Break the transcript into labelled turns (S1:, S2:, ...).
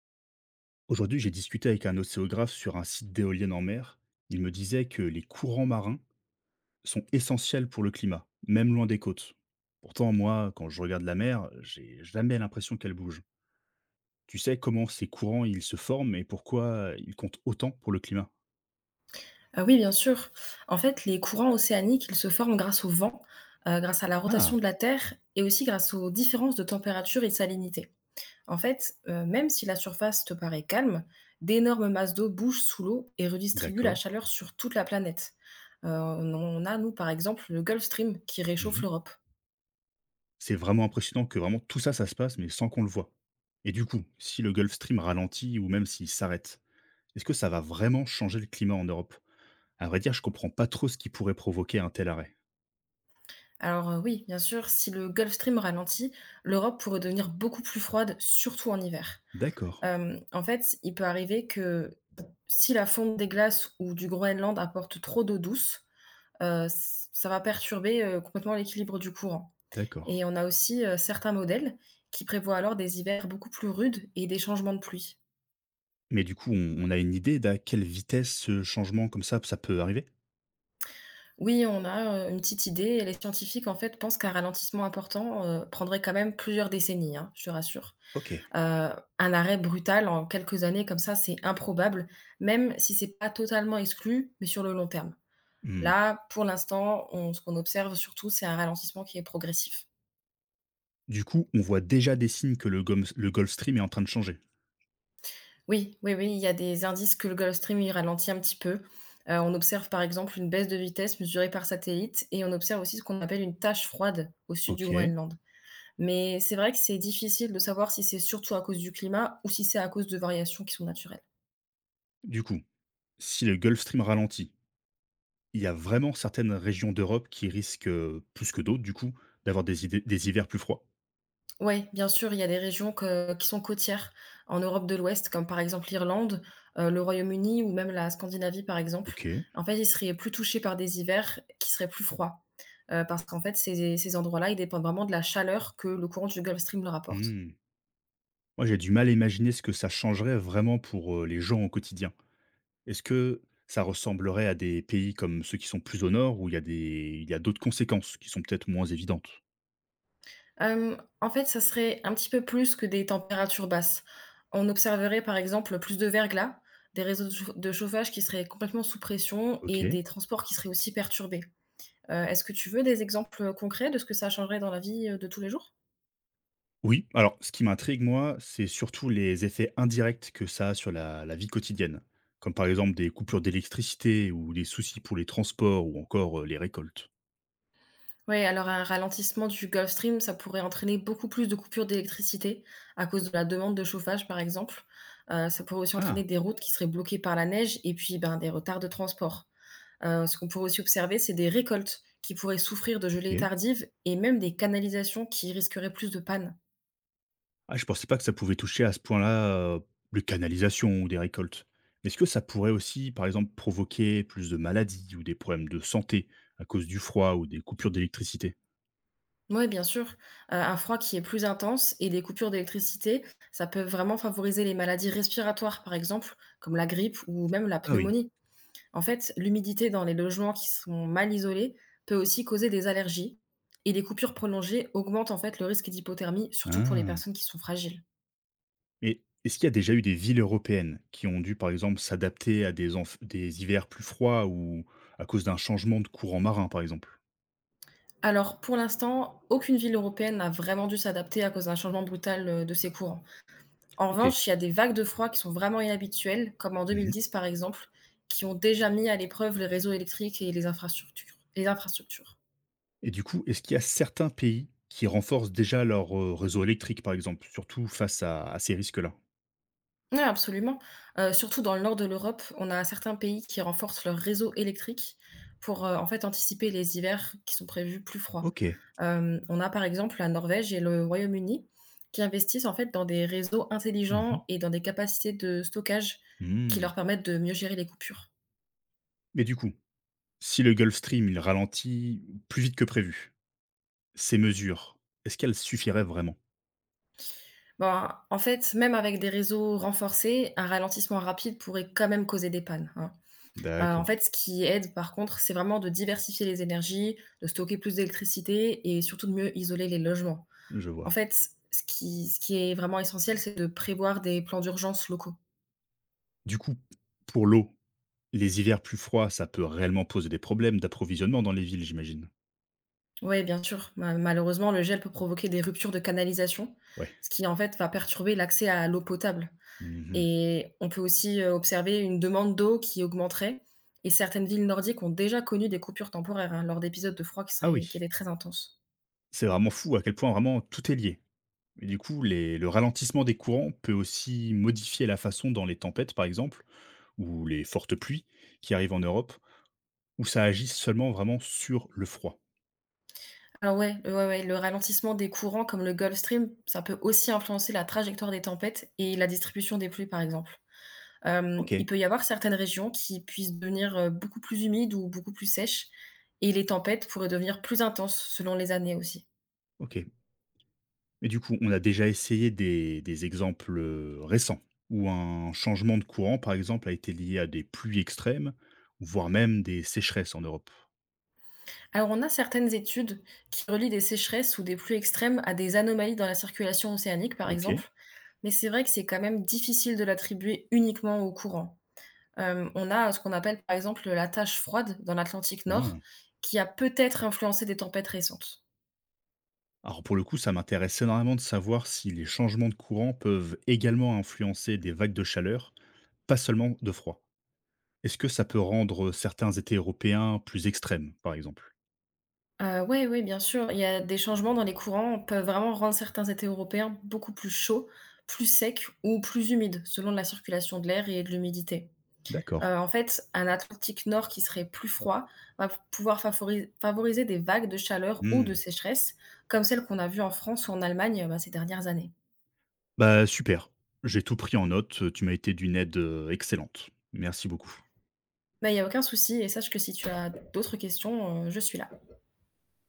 S1: Aujourd'hui, j'ai discuté avec un océographe sur un site d'éoliennes en mer. Il me disait que les courants marins sont essentiels pour le climat, même loin des côtes. Pourtant, moi, quand je regarde la mer, j'ai jamais l'impression qu'elle bouge. Tu sais comment ces courants ils se forment et pourquoi ils comptent autant pour le climat?
S2: Ah oui, bien sûr. En fait, les courants océaniques, ils se forment grâce au vent, grâce à la
S1: Ah,
S2: rotation de la Terre et aussi grâce aux différences de température et de salinité. En fait, même si la surface te paraît calme, d'énormes masses d'eau bougent sous l'eau et redistribuent la
S1: d'accord.
S2: chaleur sur toute la planète. On a, nous, par exemple, le Gulf Stream qui réchauffe
S1: Mhm.
S2: l'Europe.
S1: C'est vraiment impressionnant que vraiment tout ça, ça se passe, mais sans qu'on le voit. Et du coup, si le Gulf Stream ralentit ou même s'il s'arrête, est-ce que ça va vraiment changer le climat en Europe? À vrai dire, je comprends pas trop ce qui pourrait provoquer un tel arrêt.
S2: Alors, oui, bien sûr, si le Gulf Stream ralentit, l'Europe pourrait devenir beaucoup plus froide, surtout en hiver.
S1: D'accord,
S2: En fait, il peut arriver que si la fonte des glaces ou du Groenland apporte trop d'eau douce, ç ça va perturber, complètement l'équilibre du courant,
S1: d'accord.
S2: et on a aussi, certains modèles qui prévoient alors des hivers beaucoup plus rudes et des changements de pluie.
S1: Mais du coup, on a une idée d'à quelle vitesse ce changement comme ça peut arriver?
S2: Oui, on a, une petite idée, et les scientifiques, en fait, pensent qu'un ralentissement important, prendrait quand même plusieurs décennies, hein, je te rassure.
S1: OK.
S2: Heu, un arrêt brutal en quelques années comme ça, c'est improbable, même si c'est pas totalement exclu, mais sur le long terme.
S1: Mmh.
S2: Là, pour l'instant, on ce qu'on observe surtout, c'est un ralentissement qui est progressif.
S1: Du coup, on voit déjà des signes que le Goms le Gulf Stream est en train de changer.
S2: Oui, oui, oui, il y a des indices que le Gulf Stream, il ralentit un petit peu. On observe, par exemple, une baisse de vitesse mesurée par satellite, et on observe aussi ce qu'on appelle une tache froide au sud du
S1: OK.
S2: Groenland. Mais c'est vrai que c'est difficile de savoir si c'est surtout à cause du climat ou si c'est à cause de variations qui sont naturelles.
S1: Du coup, si le Gulf Stream ralentit, il y a vraiment certaines régions d'Europe qui risquent, plus que d'autres du coup, d'avoir des idées des hivers plus froids.
S2: Ouais, bien sûr, il y a des régions que qui sont côtières en Europe de l'Ouest, comme par exemple l'Irlande, le Royaume-Uni ou même la Scandinavie, par exemple.
S1: OK.
S2: En fait, ils seraient plus touchés par des hivers qui seraient plus froids, parce qu'en fait, ces endroits-là, ils dépendent vraiment de la chaleur que le courant du Gulf Stream leur apporte.
S1: Mmh. Moi, j'ai du mal à imaginer ce que ça changerait vraiment pour, les gens au quotidien. Est-ce que ça ressemblerait à des pays comme ceux qui sont plus au nord, où il y a d'autres conséquences qui sont peut-être moins évidentes?
S2: En fait, ça serait un petit peu plus que des températures basses. On observerait, par exemple, plus de verglas, des réseaux de chauffage qui seraient complètement sous pression, et
S1: OK.
S2: des transports qui seraient aussi perturbés. Est-ce que tu veux des exemples concrets de ce que ça changerait dans la vie, de tous les jours?
S1: Oui, alors ce qui m'intrigue moi, c'est surtout les effets indirects que ça a sur la vie quotidienne, comme par exemple des coupures d'électricité ou des soucis pour les transports ou encore, les récoltes.
S2: Oui. Alors un ralentissement du Gulf Stream, ça pourrait entraîner beaucoup plus de coupures d'électricité à cause de la demande de chauffage, par exemple. Ça pourrait aussi
S1: Ah,
S2: entraîner des routes qui seraient bloquées par la neige, et puis, ben, des retards de transport. Ce qu'on pourrait aussi observer, c'est des récoltes qui pourraient souffrir de gelées
S1: OK.
S2: tardives, et même des canalisations qui risqueraient plus de pannes.
S1: Ah, je pensais pas que ça pouvait toucher à ce point-là, les canalisations ou des récoltes. Mais est-ce que ça pourrait aussi, par exemple, provoquer plus de maladies ou des problèmes de santé à cause du froid ou des coupures d'électricité?
S2: Ouais, bien sûr, un froid qui est plus intense et des coupures d'électricité, ça peut vraiment favoriser les maladies respiratoires, par exemple, comme la grippe ou même la
S1: Ah oui.
S2: pneumonie. En fait, l'humidité dans les logements qui sont mal isolés peut aussi causer des allergies, et les coupures prolongées augmentent en fait le risque d'hypothermie, surtout pour les
S1: Ah.
S2: personnes qui sont fragiles.
S1: Et est-ce qu'il y a déjà eu des villes européennes qui ont dû, par exemple, s'adapter à des hivers plus froids ou à cause d'un changement de courant marin, par exemple?
S2: Alors, pour l'instant, aucune ville européenne n'a vraiment dû s'adapter à cause d'un changement brutal, de ses courants. En
S1: OK.
S2: revanche, il y a des vagues de froid qui sont vraiment inhabituelles, comme en
S1: Mmh.
S2: 2010 par exemple, qui ont déjà mis à l'épreuve les réseaux électriques et les infrastructures.
S1: Et du coup, est-ce qu'il y a certains pays qui renforcent déjà leur, réseau électrique, par exemple, surtout face à ces risques-là?
S2: Oui, absolument. Surtout dans le nord de l'Europe, on a certains pays qui renforcent leurs réseaux électriques pour, en fait, anticiper les hivers qui sont prévus plus froids.
S1: OK.
S2: On a, par exemple, la Norvège et le Royaume-Uni qui investissent, en fait, dans des réseaux
S1: Mmh.
S2: intelligents et dans des capacités de stockage qui
S1: Mmh.
S2: leur permettent de mieux gérer les coupures.
S1: Mais du coup, si le Gulf Stream, il ralentit plus vite que prévu, ces mesures, est-ce qu'elles suffiraient vraiment?
S2: Ben, en fait, même avec des réseaux renforcés, un ralentissement rapide pourrait quand même causer des pannes, hein. En
S1: D'accord,
S2: fait, ce qui aide par contre, c'est vraiment de diversifier les énergies, de stocker plus d'électricité et surtout de mieux isoler les logements.
S1: je
S2: En
S1: vois.
S2: fait, ce qui est vraiment essentiel, c'est de prévoir des plans d'urgence locaux.
S1: Du coup, pour l'eau, les hivers plus froids, ça peut réellement poser des problèmes d'approvisionnement dans les villes, j'imagine?
S2: Oui, bien sûr, ma malheureusement, le gel peut provoquer des ruptures de canalisation,
S1: Ouais.
S2: ce qui en fait va perturber l'accès à l'eau potable.
S1: Mmh.
S2: Et on peut aussi, observer une demande d'eau qui augmenterait, et certaines villes nordiques ont déjà connu des coupures temporaires, hein, lors d'épisodes de froid
S1: Ah
S2: qui
S1: oui.
S2: étaient très intenses.
S1: C'est vraiment fou à quel point vraiment tout est lié. Et du coup, les le ralentissement des courants peut aussi modifier la façon dont les tempêtes, par exemple, ou les fortes pluies qui arrivent en Europe, où ça agit seulement vraiment sur le froid.
S2: Alors ouais, ouais, ouais, ouais, le ralentissement des courants comme le Gulf Stream, ça peut aussi influencer la trajectoire des tempêtes et la distribution des pluies, par exemple. Il
S1: OK.
S2: peut y avoir certaines régions qui puissent devenir, beaucoup plus humides ou beaucoup plus sèches, et les tempêtes pourraient devenir plus intenses selon les années aussi.
S1: OK. Mais du coup, on a déjà essayé des exemples, récents où un changement de courant, par exemple, a été lié à des pluies extrêmes, voire même des sécheresses en Europe.
S2: Alors, on a certaines études qui relient des sécheresses ou des pluies extrêmes à des anomalies dans la circulation océanique, par
S1: OK.
S2: exemple, mais c'est vrai que c'est quand même difficile de l'attribuer uniquement au courant. On a ce qu'on appelle, par exemple, la tache froide dans l'Atlantique Nord,
S1: Ah.
S2: qui a peut-être influencé des tempêtes récentes.
S1: Alors pour le coup, ça m'intéresse énormément de savoir si les changements de courant peuvent également influencer des vagues de chaleur, pas seulement de froid. Est-ce que ça peut rendre certains étés européens plus extrêmes, par exemple?
S2: Oui, oui, bien sûr. Il y a des changements dans les courants peuvent vraiment rendre certains étés européens beaucoup plus chauds, plus secs ou plus humides, selon la circulation de l'air et de l'humidité.
S1: D'accord.
S2: En fait, un Atlantique Nord qui serait plus froid va pouvoir favoriser des vagues de chaleur ou de
S1: Mmh.
S2: sécheresse, comme celles qu'on a vues en France ou en Allemagne, bah, ces dernières années.
S1: Bah, super. J'ai tout pris en note, tu m'as été d'une aide, excellente. Merci beaucoup.
S2: Mais il y a aucun souci, et sache que si tu as d'autres questions, je suis là.